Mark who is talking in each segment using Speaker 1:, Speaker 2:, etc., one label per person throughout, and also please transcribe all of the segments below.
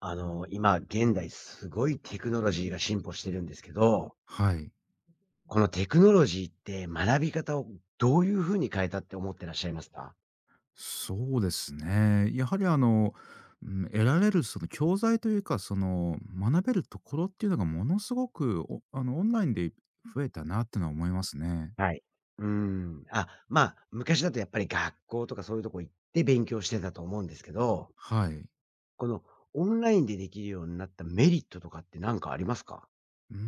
Speaker 1: 今、現代すごいテクノロジーが進歩してるんですけど、
Speaker 2: はい。
Speaker 1: このテクノロジーって学び方をどういうふうに変えたって思ってらっしゃいますか？
Speaker 2: そうですね。やはりうん、得られるその教材というか、その学べるところっていうのがものすごく、おあのオンラインで増えたなってのは思いますね。
Speaker 1: はい。うーん。まあ、昔だとやっぱり学校とかそういうとこ行って勉強してたと思うんですけど、
Speaker 2: はい。
Speaker 1: このオンラインでできるようになったメリットとかって何かありますか？
Speaker 2: うー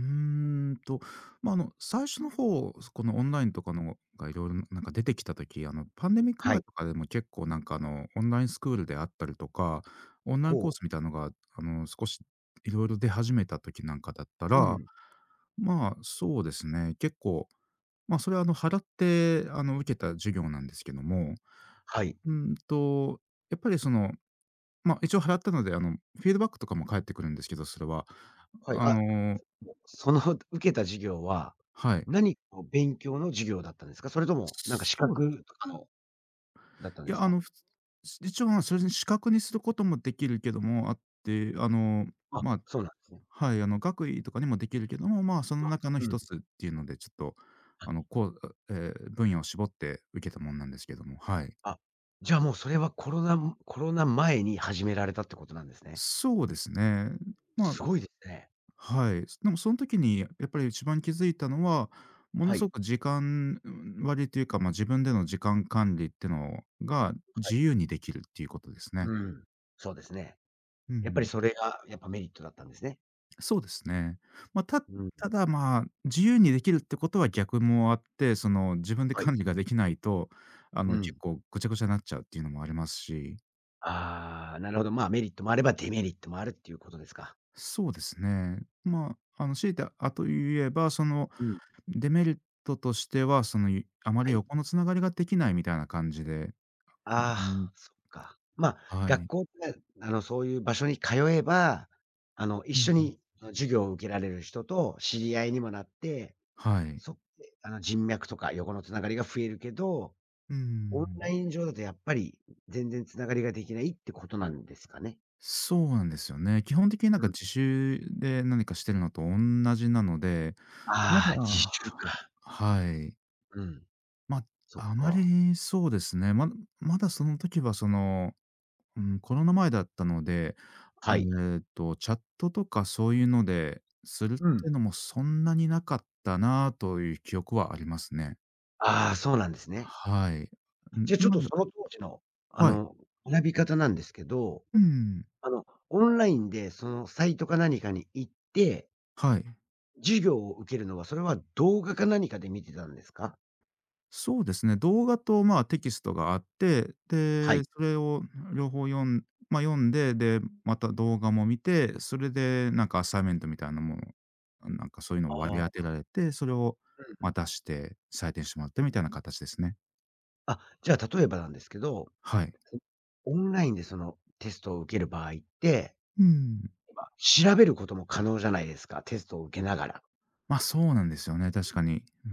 Speaker 2: んと、まあ、最初の方、このオンラインとかのがいろいろなんか出てきた時、パンデミック
Speaker 1: は
Speaker 2: 前
Speaker 1: い。
Speaker 2: とかでも結構なんかオンラインスクールであったりとか、オンラインコー
Speaker 1: ほう。
Speaker 2: スみたいなのが少しいろいろ出始めた時なんかだった
Speaker 1: う
Speaker 2: ら
Speaker 1: ん。
Speaker 2: まあ、そうですね。結構、まあ、それは払って受けた授業なんですけども、
Speaker 1: はい。
Speaker 2: うんと、やっぱりまあ、一応払ったので、フィードバックとかも返ってくるんですけど、それは。
Speaker 1: はい。
Speaker 2: あ
Speaker 1: あ、
Speaker 2: の、
Speaker 1: その 受けた授業は、
Speaker 2: はい。
Speaker 1: 何かの勉強の授業だったんですか？それともなんか資
Speaker 2: そう、
Speaker 1: 格とかのだったん
Speaker 2: い
Speaker 1: で
Speaker 2: や、
Speaker 1: すか？
Speaker 2: 一応まあ、それに資格にすることもできるけども、あって、
Speaker 1: あ、
Speaker 2: まあ、
Speaker 1: そうなんですね。
Speaker 2: はい、学位とかにもできるけども、まあ、その中の
Speaker 1: うん。
Speaker 2: 一つっていうので、ちょっと、
Speaker 1: あ、
Speaker 2: こう、分野を絞って受けたもんなんですけども、はい。
Speaker 1: あ、じゃあもうそれはコロナ前に始められたってことなんですね。
Speaker 2: そうですね。ま
Speaker 1: すごいですね。
Speaker 2: あ、はい。でもその時にやっぱり一番気づいたのは、も
Speaker 1: は
Speaker 2: のす
Speaker 1: い。
Speaker 2: ごく時間割というか、まあ、自分での時間管理ってのが
Speaker 1: は
Speaker 2: 自
Speaker 1: い。
Speaker 2: 由にできるっていうことですね。
Speaker 1: うん。そうですね。
Speaker 2: う
Speaker 1: やっぱり
Speaker 2: ん、
Speaker 1: それがやっぱメリットだったんですね。
Speaker 2: そうですね。まあ、
Speaker 1: うん。
Speaker 2: ただまあ、自由にできるってことは逆もあって、その自分で
Speaker 1: はい。
Speaker 2: 管理ができないと、
Speaker 1: う
Speaker 2: 結
Speaker 1: ん。
Speaker 2: 構ぐちゃぐちゃになっちゃうっていうのもありますし、
Speaker 1: ああ、なるほど。まあ、メリットもあればデメリットもあるっていうことですか。
Speaker 2: そうですね。まあ、強いてあと言えば、その
Speaker 1: うん。
Speaker 2: デメリットとしては、あま
Speaker 1: は
Speaker 2: り
Speaker 1: い。
Speaker 2: 横のつながりができないみたいな感じで、
Speaker 1: あ
Speaker 2: うん、
Speaker 1: あ、そっか。まあ、
Speaker 2: は
Speaker 1: 学
Speaker 2: い。
Speaker 1: 校で、そういう場所に通えば、一
Speaker 2: うん
Speaker 1: 緒
Speaker 2: うん。
Speaker 1: に、授業を受けられる人と知り合いにもなって
Speaker 2: はい。
Speaker 1: そあの、人脈とか横のつながりが増えるけど、
Speaker 2: うー
Speaker 1: オンラ
Speaker 2: ん。
Speaker 1: イン上だとやっぱり全然つながりができないってことなんですかね？
Speaker 2: そうなんですよね。基本的になん
Speaker 1: う
Speaker 2: か
Speaker 1: ん。
Speaker 2: 自習で何かしてるのとおんなじなので、ま
Speaker 1: あ
Speaker 2: だ
Speaker 1: あ、自習か。
Speaker 2: はい。
Speaker 1: うん。
Speaker 2: ま、
Speaker 1: そっ
Speaker 2: あま
Speaker 1: か。
Speaker 2: りそうですね、まだその時はうん、コロナ前だったので、
Speaker 1: は
Speaker 2: あ、
Speaker 1: い。
Speaker 2: チャットとかそういうのでするっ
Speaker 1: うん。
Speaker 2: てのもそんなになかったなという記憶はありますね。
Speaker 1: ああ、そうなんですね。
Speaker 2: はい。う
Speaker 1: じ
Speaker 2: ん、
Speaker 1: ゃあちょっとその当時の、あ
Speaker 2: はい。
Speaker 1: の、学び方なんですけど、
Speaker 2: うん。
Speaker 1: あの、オンラインでそのサイトか何かに行って、
Speaker 2: はい。
Speaker 1: 授業を受けるのは、それは動画か何かで見てたんですか？
Speaker 2: そうですね、動画と、まあ、テキストがあって、
Speaker 1: は
Speaker 2: で、
Speaker 1: い。
Speaker 2: それを両方まあ、読んで、で、また動画も見て、それでなんかアサイメントみたいなものなんかそういうのを割
Speaker 1: あ
Speaker 2: り
Speaker 1: あ、
Speaker 2: 当てられて、それを
Speaker 1: うんう
Speaker 2: ま、
Speaker 1: ん。
Speaker 2: 出して採点してもらってみたいな形ですね。
Speaker 1: あ、じゃあ例えばなんですけど
Speaker 2: はい。
Speaker 1: オンラインでそのテストを受ける場合って、
Speaker 2: うん。
Speaker 1: ま、調べることも可能じゃないですか、テストを受けながら。
Speaker 2: ま、そうなんですよね、確かに。うー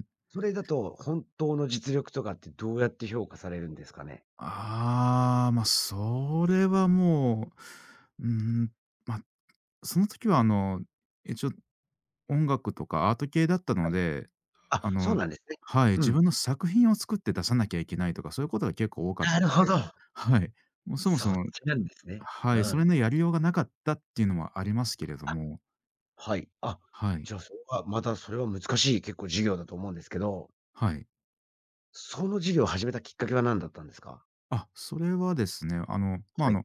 Speaker 2: ん。
Speaker 1: それだと本当の実力とかってどうやって評価されるんですかね？
Speaker 2: ああ、ま、それはもう、うーん、ま、その時は一応音楽とかアート系だった
Speaker 1: は
Speaker 2: の
Speaker 1: い。
Speaker 2: で、あ
Speaker 1: あ、そう
Speaker 2: の
Speaker 1: なんですね。
Speaker 2: はい、
Speaker 1: う
Speaker 2: 自
Speaker 1: ん。
Speaker 2: 分の作品を作って出さなきゃいけないとか、そういうことが結構多かっ
Speaker 1: な
Speaker 2: たの
Speaker 1: るほ
Speaker 2: で、
Speaker 1: ど。
Speaker 2: はい。もうそもそ
Speaker 1: そっ
Speaker 2: も
Speaker 1: ちなんですね。
Speaker 2: は
Speaker 1: う
Speaker 2: い、それ
Speaker 1: ん。
Speaker 2: のやりようがなかったっていうのもありますけれど
Speaker 1: あ、
Speaker 2: も、
Speaker 1: はい。あ、
Speaker 2: はい、
Speaker 1: じゃあそれはまたそれは難しい結構授業だと思うんですけど、
Speaker 2: はい。
Speaker 1: その授業を始めたきっかけは何だったんですか？
Speaker 2: あ、それはですね、まあ、
Speaker 1: はい。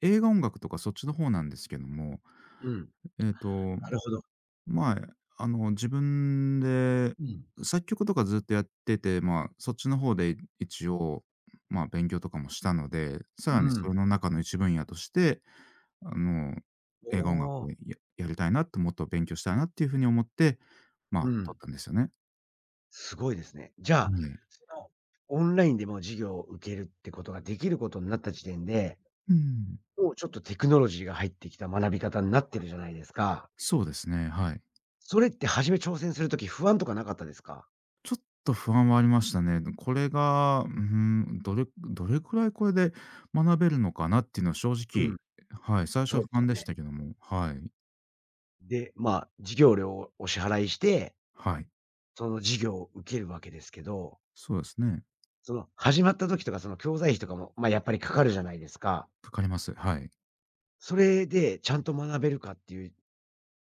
Speaker 2: 映画音楽とかそっちの方なんですけども、
Speaker 1: うん。
Speaker 2: えっと、
Speaker 1: なるほど。
Speaker 2: まあ、自分で
Speaker 1: うん。
Speaker 2: 作曲とかずっとやってて、まあ、そっちの方で一応、まあ、勉強とかもしたので、さ
Speaker 1: う
Speaker 2: らにそ
Speaker 1: ん。
Speaker 2: れの中の一分野として、あの、
Speaker 1: お
Speaker 2: 映画音楽
Speaker 1: お。
Speaker 2: をやりたいなと、もっと勉強したいなっていう風に思って、ま
Speaker 1: う
Speaker 2: あ、取っ
Speaker 1: ん。
Speaker 2: たんですよね。
Speaker 1: すごいですね。じゃ
Speaker 2: は
Speaker 1: あ、
Speaker 2: い。
Speaker 1: その、オンラインでも授業を受けるってことができることになった時点で、
Speaker 2: うん。
Speaker 1: もうちょっとテクノロジーが入ってきた学び方になってるじゃないですか。
Speaker 2: そうですね、はい。
Speaker 1: それって初め挑戦するとき不安とかなかったですか？
Speaker 2: ちょっと不安はありましたね。これが、うん、どれくらいこれで学べるのかなっていうのは正
Speaker 1: う
Speaker 2: 直、
Speaker 1: ん、
Speaker 2: はい、最初
Speaker 1: そ
Speaker 2: は
Speaker 1: う
Speaker 2: 不
Speaker 1: ですよ
Speaker 2: 安でし
Speaker 1: ね。
Speaker 2: たけども、はい、
Speaker 1: で、まあ、授業料をお支払いして、
Speaker 2: はい、
Speaker 1: その授業を受けるわけですけど、
Speaker 2: そうですね。
Speaker 1: その始まった時とかその教材費とかも、ま、やっぱりかかるじゃないですか。
Speaker 2: かかります。はい。
Speaker 1: それでちゃんと学べるかっていう、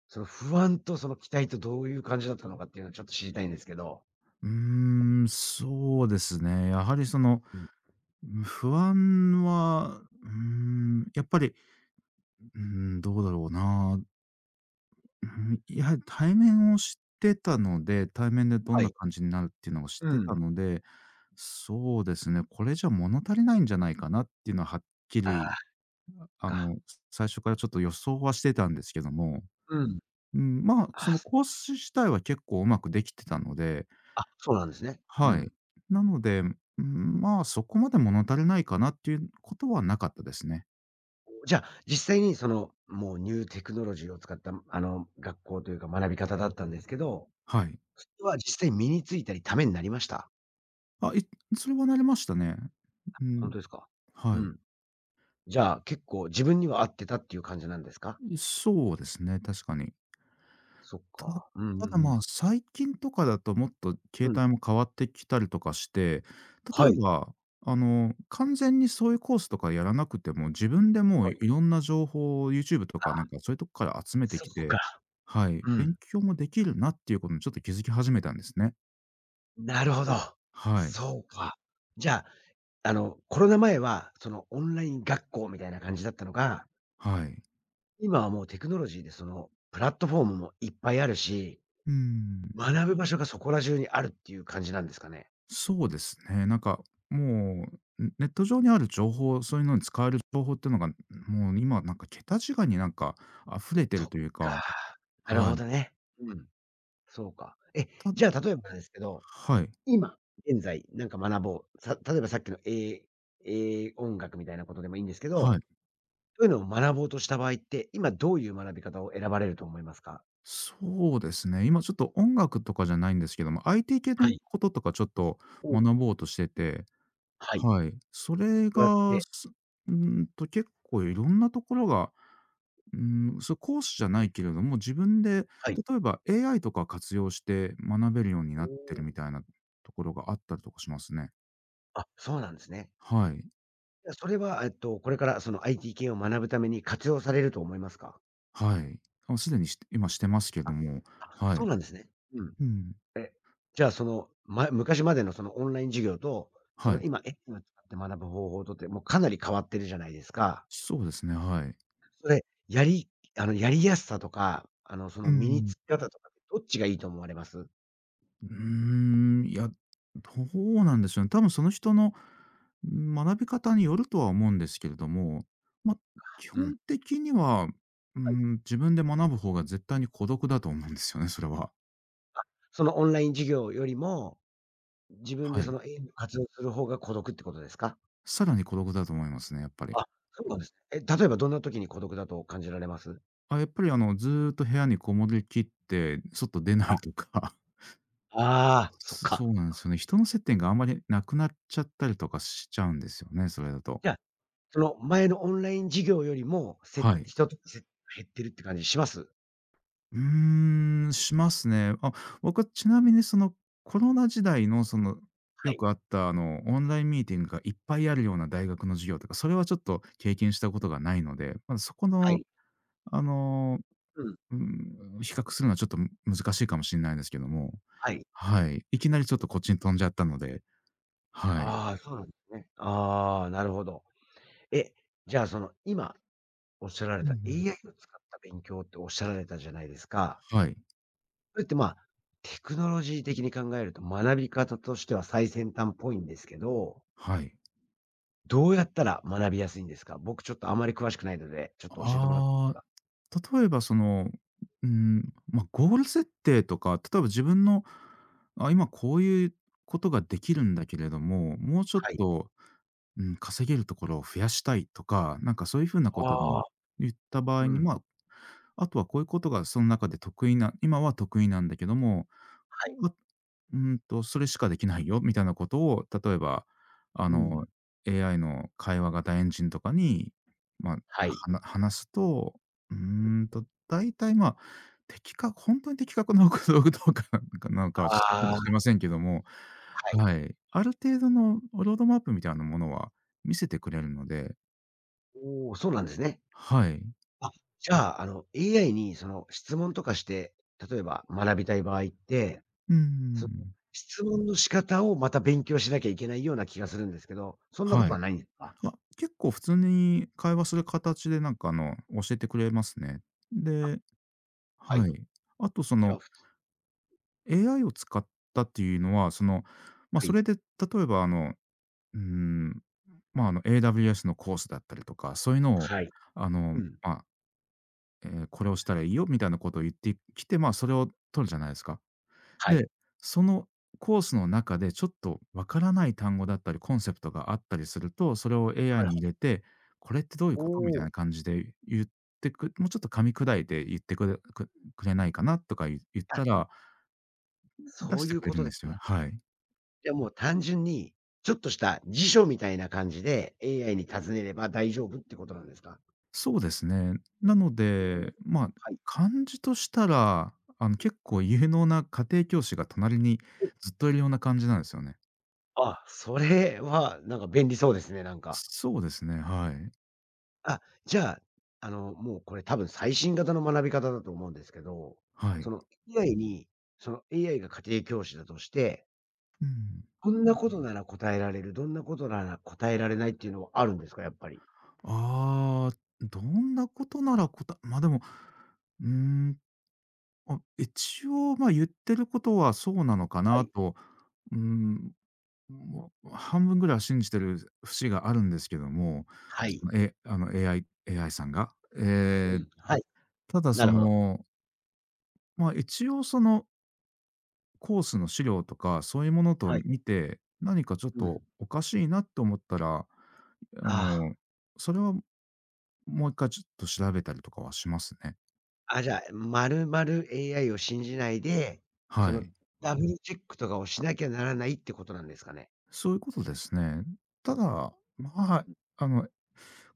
Speaker 1: その不安とその期待とどういう感じだったのかっていうのをちょっと知りたいんですけど。
Speaker 2: うーん、そうですね。やはりその、
Speaker 1: うん。
Speaker 2: 不安は、うーん、やっぱり、うーん、どうだろうな。うん、やはり対面を知ってたので、対面でどん
Speaker 1: は
Speaker 2: な
Speaker 1: い。
Speaker 2: 感じになるっていうのを知
Speaker 1: う
Speaker 2: って
Speaker 1: ん。
Speaker 2: たので、そうですね、これじゃ物足りないんじゃないかなっていうのははっき
Speaker 1: あ
Speaker 2: り、
Speaker 1: あ、
Speaker 2: あ
Speaker 1: か。
Speaker 2: の、最初からちょっと予想はしてたんですけども、
Speaker 1: うん。
Speaker 2: うん、まあ、そ
Speaker 1: あ、
Speaker 2: の
Speaker 1: す
Speaker 2: コース自体は結構うまくできてたので、
Speaker 1: あ、そうなんですね。う
Speaker 2: はい。
Speaker 1: ん。
Speaker 2: なので、うん、まあ、そこまで物足りないかなっていうことはなかったですね。
Speaker 1: じゃあ、実際にその、もうニューテクノロジーを使った、学校というか学び方だったんですけど、
Speaker 2: はい。
Speaker 1: それは実際身についたり、ためになりました？
Speaker 2: あ、それはなりましたね。う
Speaker 1: ほん
Speaker 2: ん、
Speaker 1: とですか？
Speaker 2: は
Speaker 1: う
Speaker 2: い。
Speaker 1: ん。じゃあ、結構自分には合ってたっていう感じなんですか？
Speaker 2: そうですね、確かに。
Speaker 1: そっ
Speaker 2: ただ
Speaker 1: か。うんうん
Speaker 2: ただ、
Speaker 1: うん。
Speaker 2: まあ、最近とかだともっと
Speaker 1: う
Speaker 2: 携
Speaker 1: ん。
Speaker 2: 帯も変わってきたりとかして、例
Speaker 1: は
Speaker 2: え
Speaker 1: い。
Speaker 2: ば、完全にそういうコースとかやらなくても、自分でもう
Speaker 1: は
Speaker 2: い
Speaker 1: い。
Speaker 2: ろんな情報を YouTube と
Speaker 1: あ、
Speaker 2: かなんかそういうとこから集めて
Speaker 1: そ
Speaker 2: き
Speaker 1: うか。
Speaker 2: て、はい、
Speaker 1: う
Speaker 2: 勉
Speaker 1: ん。
Speaker 2: 強もできるなっていうことにちょっと気づき始めたんですね。
Speaker 1: なるほど。
Speaker 2: はい、
Speaker 1: そうか。じゃあ、コロナ前は、そのオンライン学校みたいな感じだったのが
Speaker 2: はい。
Speaker 1: 今はもうテクノロジーでそのプラットフォームもいっぱいあるし、
Speaker 2: うん、
Speaker 1: 学ぶ場所がそこら中にあるっていう感じなんですかね？
Speaker 2: そうですね。なんかもう、ネット上にある情報、そういうのに使える情報っていうのが、もう今なんか桁違いになんか溢れて
Speaker 1: そ
Speaker 2: る
Speaker 1: っ
Speaker 2: という
Speaker 1: か。
Speaker 2: か
Speaker 1: なる
Speaker 2: は
Speaker 1: ほど
Speaker 2: い。
Speaker 1: ね。うん、そうか。え、じゃ
Speaker 2: た
Speaker 1: あ例えばなんですけど、
Speaker 2: はい、
Speaker 1: 今、現在なんか学ぼう、さ例えばさっきのえーえ、音楽みたいなことでもいいんですけ
Speaker 2: は
Speaker 1: ど、
Speaker 2: い。
Speaker 1: そういうのを学ぼうとした場合って、今どういう学び方を選ばれると思いますか？
Speaker 2: そうですね、今ちょっと音楽とかじゃないんですけども、IT 系
Speaker 1: は
Speaker 2: の
Speaker 1: い。
Speaker 2: こととかちょっと
Speaker 1: お、
Speaker 2: 学ぼうとしてて、
Speaker 1: はい。
Speaker 2: はい。それ
Speaker 1: どうやっ
Speaker 2: が、
Speaker 1: て、
Speaker 2: すうーんと結構いろんなところが、うーん、それ講師じゃないけれども、自分で
Speaker 1: はい。
Speaker 2: 例えば AI とか活用して学べるようになってるみ
Speaker 1: お、
Speaker 2: たいなところがあったりとかしますね。
Speaker 1: あ、そうなんですね。
Speaker 2: はい、
Speaker 1: や、それは、えっと、これからその IT 系を学ぶために活用されると思いますか？
Speaker 2: はい。あ、すでに今してますけ
Speaker 1: あ、
Speaker 2: ども、
Speaker 1: あ、
Speaker 2: は
Speaker 1: そう
Speaker 2: い。
Speaker 1: なんですね。うん。
Speaker 2: うん、
Speaker 1: じゃあ、その、ま昔までのそのオンライン授業と、そ
Speaker 2: は
Speaker 1: の
Speaker 2: い。
Speaker 1: 今、エッセンを使って学ぶ方法とって、もうかなり変わってるじゃないですか。
Speaker 2: そうですね、はい。
Speaker 1: それ、やりあの、やりやすさとか、そ
Speaker 2: う
Speaker 1: の身に
Speaker 2: ん。
Speaker 1: つき方とかってどっちがいいと思われます？
Speaker 2: うーん、いや、どうなんでしょうね。多分その人の学び方によるとは思うんですけれども、ま、基
Speaker 1: うん。
Speaker 2: 本的には、うー
Speaker 1: はい。
Speaker 2: ん、自分で学ぶ方が絶対に孤独だと思うんですよね、それは。
Speaker 1: あ、そのオンライン授業よりも、自分で
Speaker 2: は
Speaker 1: そ
Speaker 2: い。
Speaker 1: の AI を活用する方が孤独ってことですか？
Speaker 2: さらに孤独だと思いますね、やっぱり。
Speaker 1: あ、そうなんですね。え、例えばどんな時に孤独だと感じられます？あ、
Speaker 2: あ、やっぱりずっと部屋にこもりきって、外出ないとか、
Speaker 1: ああ、そっか。
Speaker 2: そうなんですよね。人の接点があんまりなくなっちゃったりとかしちゃうんですよね、それだと。
Speaker 1: じゃあ、その前のオンライン授業よりも、
Speaker 2: はい。
Speaker 1: 人と減ってるって感じします？
Speaker 2: うーん、しますね。あ、僕はちなみにそのコロナ時代の
Speaker 1: は
Speaker 2: よ
Speaker 1: い。
Speaker 2: くあったオンラインミーティングがいっぱいあるような大学の授業とか、それはちょっと経験したことがないので、まあ、そこ
Speaker 1: は
Speaker 2: の
Speaker 1: い。
Speaker 2: あの、
Speaker 1: うん。
Speaker 2: うん、比較するのはちょっと難しいかもしれないですけども、
Speaker 1: はい。
Speaker 2: はい。いきなりちょっとこっちに飛んじゃったので、はい。
Speaker 1: ああ、そうなんですね。ああ、なるほど。え、じゃあその、今おっしゃられ
Speaker 2: う
Speaker 1: た
Speaker 2: ん。
Speaker 1: AI を使った勉強っておっしゃられたじゃないですか。
Speaker 2: はい、
Speaker 1: それって、まあ、テクノロジー的に考えると学び方としては最先端っぽいんですけど、
Speaker 2: はい。
Speaker 1: どうやったら学びやすいんですか？僕ちょっとあまり詳しくないので、ちょっと教えてもらっていいです
Speaker 2: あ
Speaker 1: か？
Speaker 2: あ、例えばうん、まあ、ゴール設定とか、例えば自分の、あ、今こういうことができるんだけれども、もうちょっ
Speaker 1: はい。
Speaker 2: と、うん、稼げるところを増やしたいとか、なんかそういう風なこと
Speaker 1: あ
Speaker 2: に
Speaker 1: あ、
Speaker 2: 言った場合
Speaker 1: う
Speaker 2: に、
Speaker 1: ん。
Speaker 2: まあ、あとはこういうことがその中で得意な今は得意なんだけども、
Speaker 1: はい。
Speaker 2: あ、それしかできないよみたいなことを、例えば、あ
Speaker 1: う
Speaker 2: の、
Speaker 1: ん。
Speaker 2: AI の会話型エンジンとかに、ま
Speaker 1: は
Speaker 2: あ、
Speaker 1: い。
Speaker 2: 話すと、うー大体、まあ、本当に的確なのかどうかなのかはちょっと
Speaker 1: あ
Speaker 2: 知り
Speaker 1: あ、
Speaker 2: ませんけども、
Speaker 1: はい。
Speaker 2: はい。ある程度のロードマップみたいなものは見せてくれるので、
Speaker 1: おお、そうなんですね。
Speaker 2: はい。
Speaker 1: あ、じゃあ、AI にその質問とかして、例えば学びたい場合って、
Speaker 2: う
Speaker 1: その
Speaker 2: ん。
Speaker 1: 質問の仕方をまた勉強しなきゃいけないような気がするんですけど、そんなこ
Speaker 2: は
Speaker 1: と
Speaker 2: い。
Speaker 1: はないんですか？
Speaker 2: あ、結構普通に会話する形で教えてくれますね。
Speaker 1: あ、
Speaker 2: で、
Speaker 1: はい。
Speaker 2: はい。あとそ
Speaker 1: じゃあ、
Speaker 2: の
Speaker 1: ふ、
Speaker 2: AI を使ったっていうのは、その、まあ、
Speaker 1: は
Speaker 2: そ
Speaker 1: い、
Speaker 2: れで例えばうーん、AWS のコースだったりとか、そういうのを
Speaker 1: はい、
Speaker 2: あの、
Speaker 1: うん、
Speaker 2: まあ、これをしたらいいよみたいなことを言ってきて、まあ、それを取るじゃないですか。
Speaker 1: はい、
Speaker 2: で、そのコースの中でちょっとわからない単語だったりコンセプトがあったりすると、それを
Speaker 1: はい
Speaker 2: AI
Speaker 1: は
Speaker 2: に入
Speaker 1: い。
Speaker 2: れて、これってどういう
Speaker 1: お
Speaker 2: こと？みたい
Speaker 1: お、
Speaker 2: な感じで言ってくもうちょっと噛み砕いて言ってくれくくれないかなとか言っ
Speaker 1: あ、
Speaker 2: たら、出
Speaker 1: そう
Speaker 2: し
Speaker 1: い
Speaker 2: て
Speaker 1: う
Speaker 2: くれ
Speaker 1: こ
Speaker 2: るん
Speaker 1: と
Speaker 2: で
Speaker 1: です
Speaker 2: す
Speaker 1: ね。
Speaker 2: よね。はい。
Speaker 1: じゃあもう単純に、ちょっとした辞書みたいな感じで AI に尋ねれば大丈夫ってことなんですか？
Speaker 2: そうですね。なの
Speaker 1: おお、
Speaker 2: で、まあ、
Speaker 1: はい。
Speaker 2: 感じとしたら、あの、
Speaker 1: うん。
Speaker 2: 結構有能な家庭教師が隣にずっといるような感じなんですよね。
Speaker 1: あ、それはなんか便利そうですね、なんか。
Speaker 2: そうですね、はい。
Speaker 1: あ、じゃあ、もうこれ多分最新型の学び方だと思うんですけど、
Speaker 2: は
Speaker 1: そ
Speaker 2: い。
Speaker 1: の AI に、その AI が家庭教師だとして、
Speaker 2: うん。
Speaker 1: こんなことなら答えられる、どんなことなら答えられないっていうのはあるんですか、やっぱり？
Speaker 2: ああ、どんなことならこたま、でも、うーん、あ、一応、ま、言ってることはそうなのか
Speaker 1: は
Speaker 2: な
Speaker 1: い。
Speaker 2: と、うん、もう半分ぐらいは信じてる節があるんですけども、
Speaker 1: はい。
Speaker 2: その、えあのエーアイ、AI さんが。
Speaker 1: うん、はい。
Speaker 2: ただ
Speaker 1: な
Speaker 2: そ
Speaker 1: るほど。
Speaker 2: の、ま、一応そのコースの資料とか、そういうものと
Speaker 1: はい。
Speaker 2: 見て、何かちょっ
Speaker 1: うん。
Speaker 2: とおかしいなと思ったら、あの、
Speaker 1: ああ。
Speaker 2: それはもう一回ちょっと調べたりとかはしますね。
Speaker 1: あ、じゃあ、まるまる AI を信じないで、そ
Speaker 2: は
Speaker 1: の
Speaker 2: い。
Speaker 1: ダブルチェックとかをしなきゃならないってことなんですかね？
Speaker 2: そういうことですね。ただ、まあ、あの、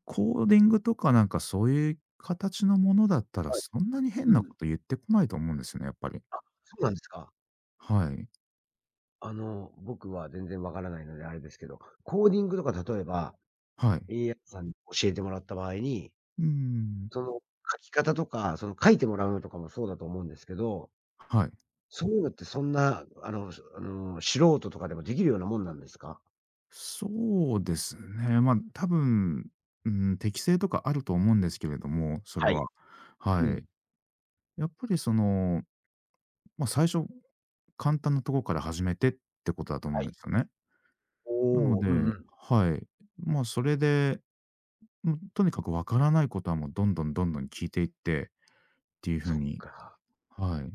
Speaker 2: コーディングとかなんかそういう形のものだったら、
Speaker 1: はい。
Speaker 2: そんなに変
Speaker 1: う
Speaker 2: な
Speaker 1: ん。
Speaker 2: こと言ってこないと思うんですよね、やっぱり。
Speaker 1: そうなんですか？
Speaker 2: はい。
Speaker 1: 僕は全然わからないのであれですけど、コーディングとか例えば、
Speaker 2: はい。
Speaker 1: AI さんに教えてもらった場合に、
Speaker 2: うーん。
Speaker 1: その書き方とか、その書いてもらうのとかもそうだと思うんですけど、
Speaker 2: はい。
Speaker 1: そういうのってそんな、あの、素人とかでもできるようなもんなんですか？
Speaker 2: そうですね。まあ、多分、うん、適性とかあると思うんですけれども、それ
Speaker 1: はい。
Speaker 2: は。
Speaker 1: う
Speaker 2: はい。
Speaker 1: ん。
Speaker 2: やっぱりその、まあ、最初、簡単なところから始めてってことだと思
Speaker 1: は
Speaker 2: うんで
Speaker 1: い。
Speaker 2: すよね。なの
Speaker 1: おお、うん
Speaker 2: で、
Speaker 1: うん。
Speaker 2: はい。まあ、それでもうとにかくわからないことはもうどんどんどんどん聞いていってっていう風
Speaker 1: そっ
Speaker 2: に、
Speaker 1: か。
Speaker 2: はい。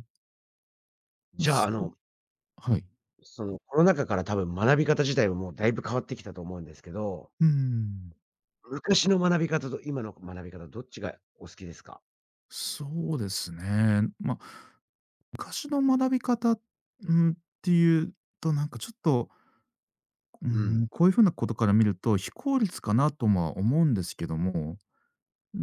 Speaker 1: じゃあ、
Speaker 2: すはい。
Speaker 1: そのコロナ禍から多分学び方自体はもうだいぶ変わってきたと思うんですけど、
Speaker 2: うん。
Speaker 1: 昔の学び方と今の学び方どっちがお好きですか？
Speaker 2: そうですね。まあ、昔の学び方、うん、っていうとなんかちょっと、う
Speaker 1: うん。
Speaker 2: ん、こういう風なことから見ると非効率かなとは思うんですけども、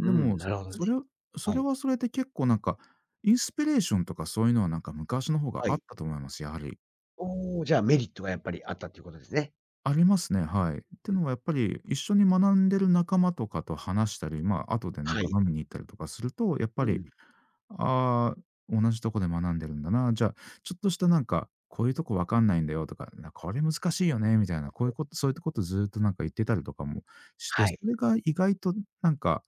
Speaker 1: うん、
Speaker 2: も、
Speaker 1: なるほどね。
Speaker 2: それそ
Speaker 1: は
Speaker 2: れ
Speaker 1: い。
Speaker 2: はそれで結構なんか、インスピレーションとかそういうのはなんか昔の方
Speaker 1: は
Speaker 2: があっ
Speaker 1: い。
Speaker 2: たと思います、やはり。
Speaker 1: おお、じゃあ、メリットがやっぱりあったっていうことですね。
Speaker 2: ありますね、はい。って
Speaker 1: うん。
Speaker 2: のはやっぱり一緒に学んでる仲間とかと話したり、まあ、後でなん
Speaker 1: は
Speaker 2: か
Speaker 1: い。
Speaker 2: 飲みに行ったりとかすると、やっぱ
Speaker 1: う
Speaker 2: り、
Speaker 1: ん。
Speaker 2: ああ、同じとこで学んでるんだな、じゃあ、ちょっとしたなんか、こういうとこわかんないんだよとか、なこれ難しいよねみたいな、こういうこと、そういうことずっとなんか言ってたりとかもして、
Speaker 1: は
Speaker 2: そ
Speaker 1: い。
Speaker 2: れが意外となんか、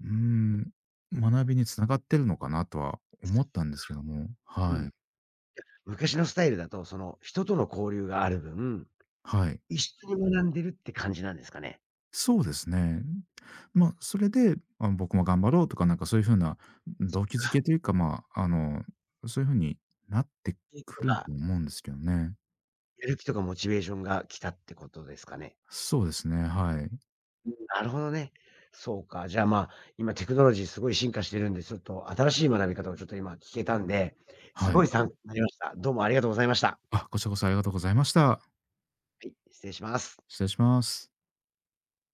Speaker 2: うーん、学びにつながってるのかなとは思ったんですけども、
Speaker 1: う
Speaker 2: は
Speaker 1: ん。
Speaker 2: い。
Speaker 1: 昔のスタイルだと、その、人との交流がある分、
Speaker 2: はい。
Speaker 1: 一緒に学んでるって感じなんですかね？
Speaker 2: そうですね。まあ、それで、あ僕も頑張ろうとか、なんかそういう風な
Speaker 1: そっ
Speaker 2: 動機づ
Speaker 1: か。
Speaker 2: けというか、まあ、あの、そういう風になって
Speaker 1: えっと
Speaker 2: くる
Speaker 1: か、
Speaker 2: と思うんですけどね。
Speaker 1: やる気とかモチベーションが来たってことですかね？
Speaker 2: そうですね、はい。
Speaker 1: うん、なるほどね。そうか、じゃあ、まあ、今テクノロジーすごい進化してるんで、ちょっと新しい学び方をちょっと今聞けたんで、す
Speaker 2: は
Speaker 1: ごい
Speaker 2: い。
Speaker 1: 参考になりました。どうもありがとうございました。
Speaker 2: あ、こちらこそありがとうございました。
Speaker 1: はい、失礼します。
Speaker 2: 失礼します。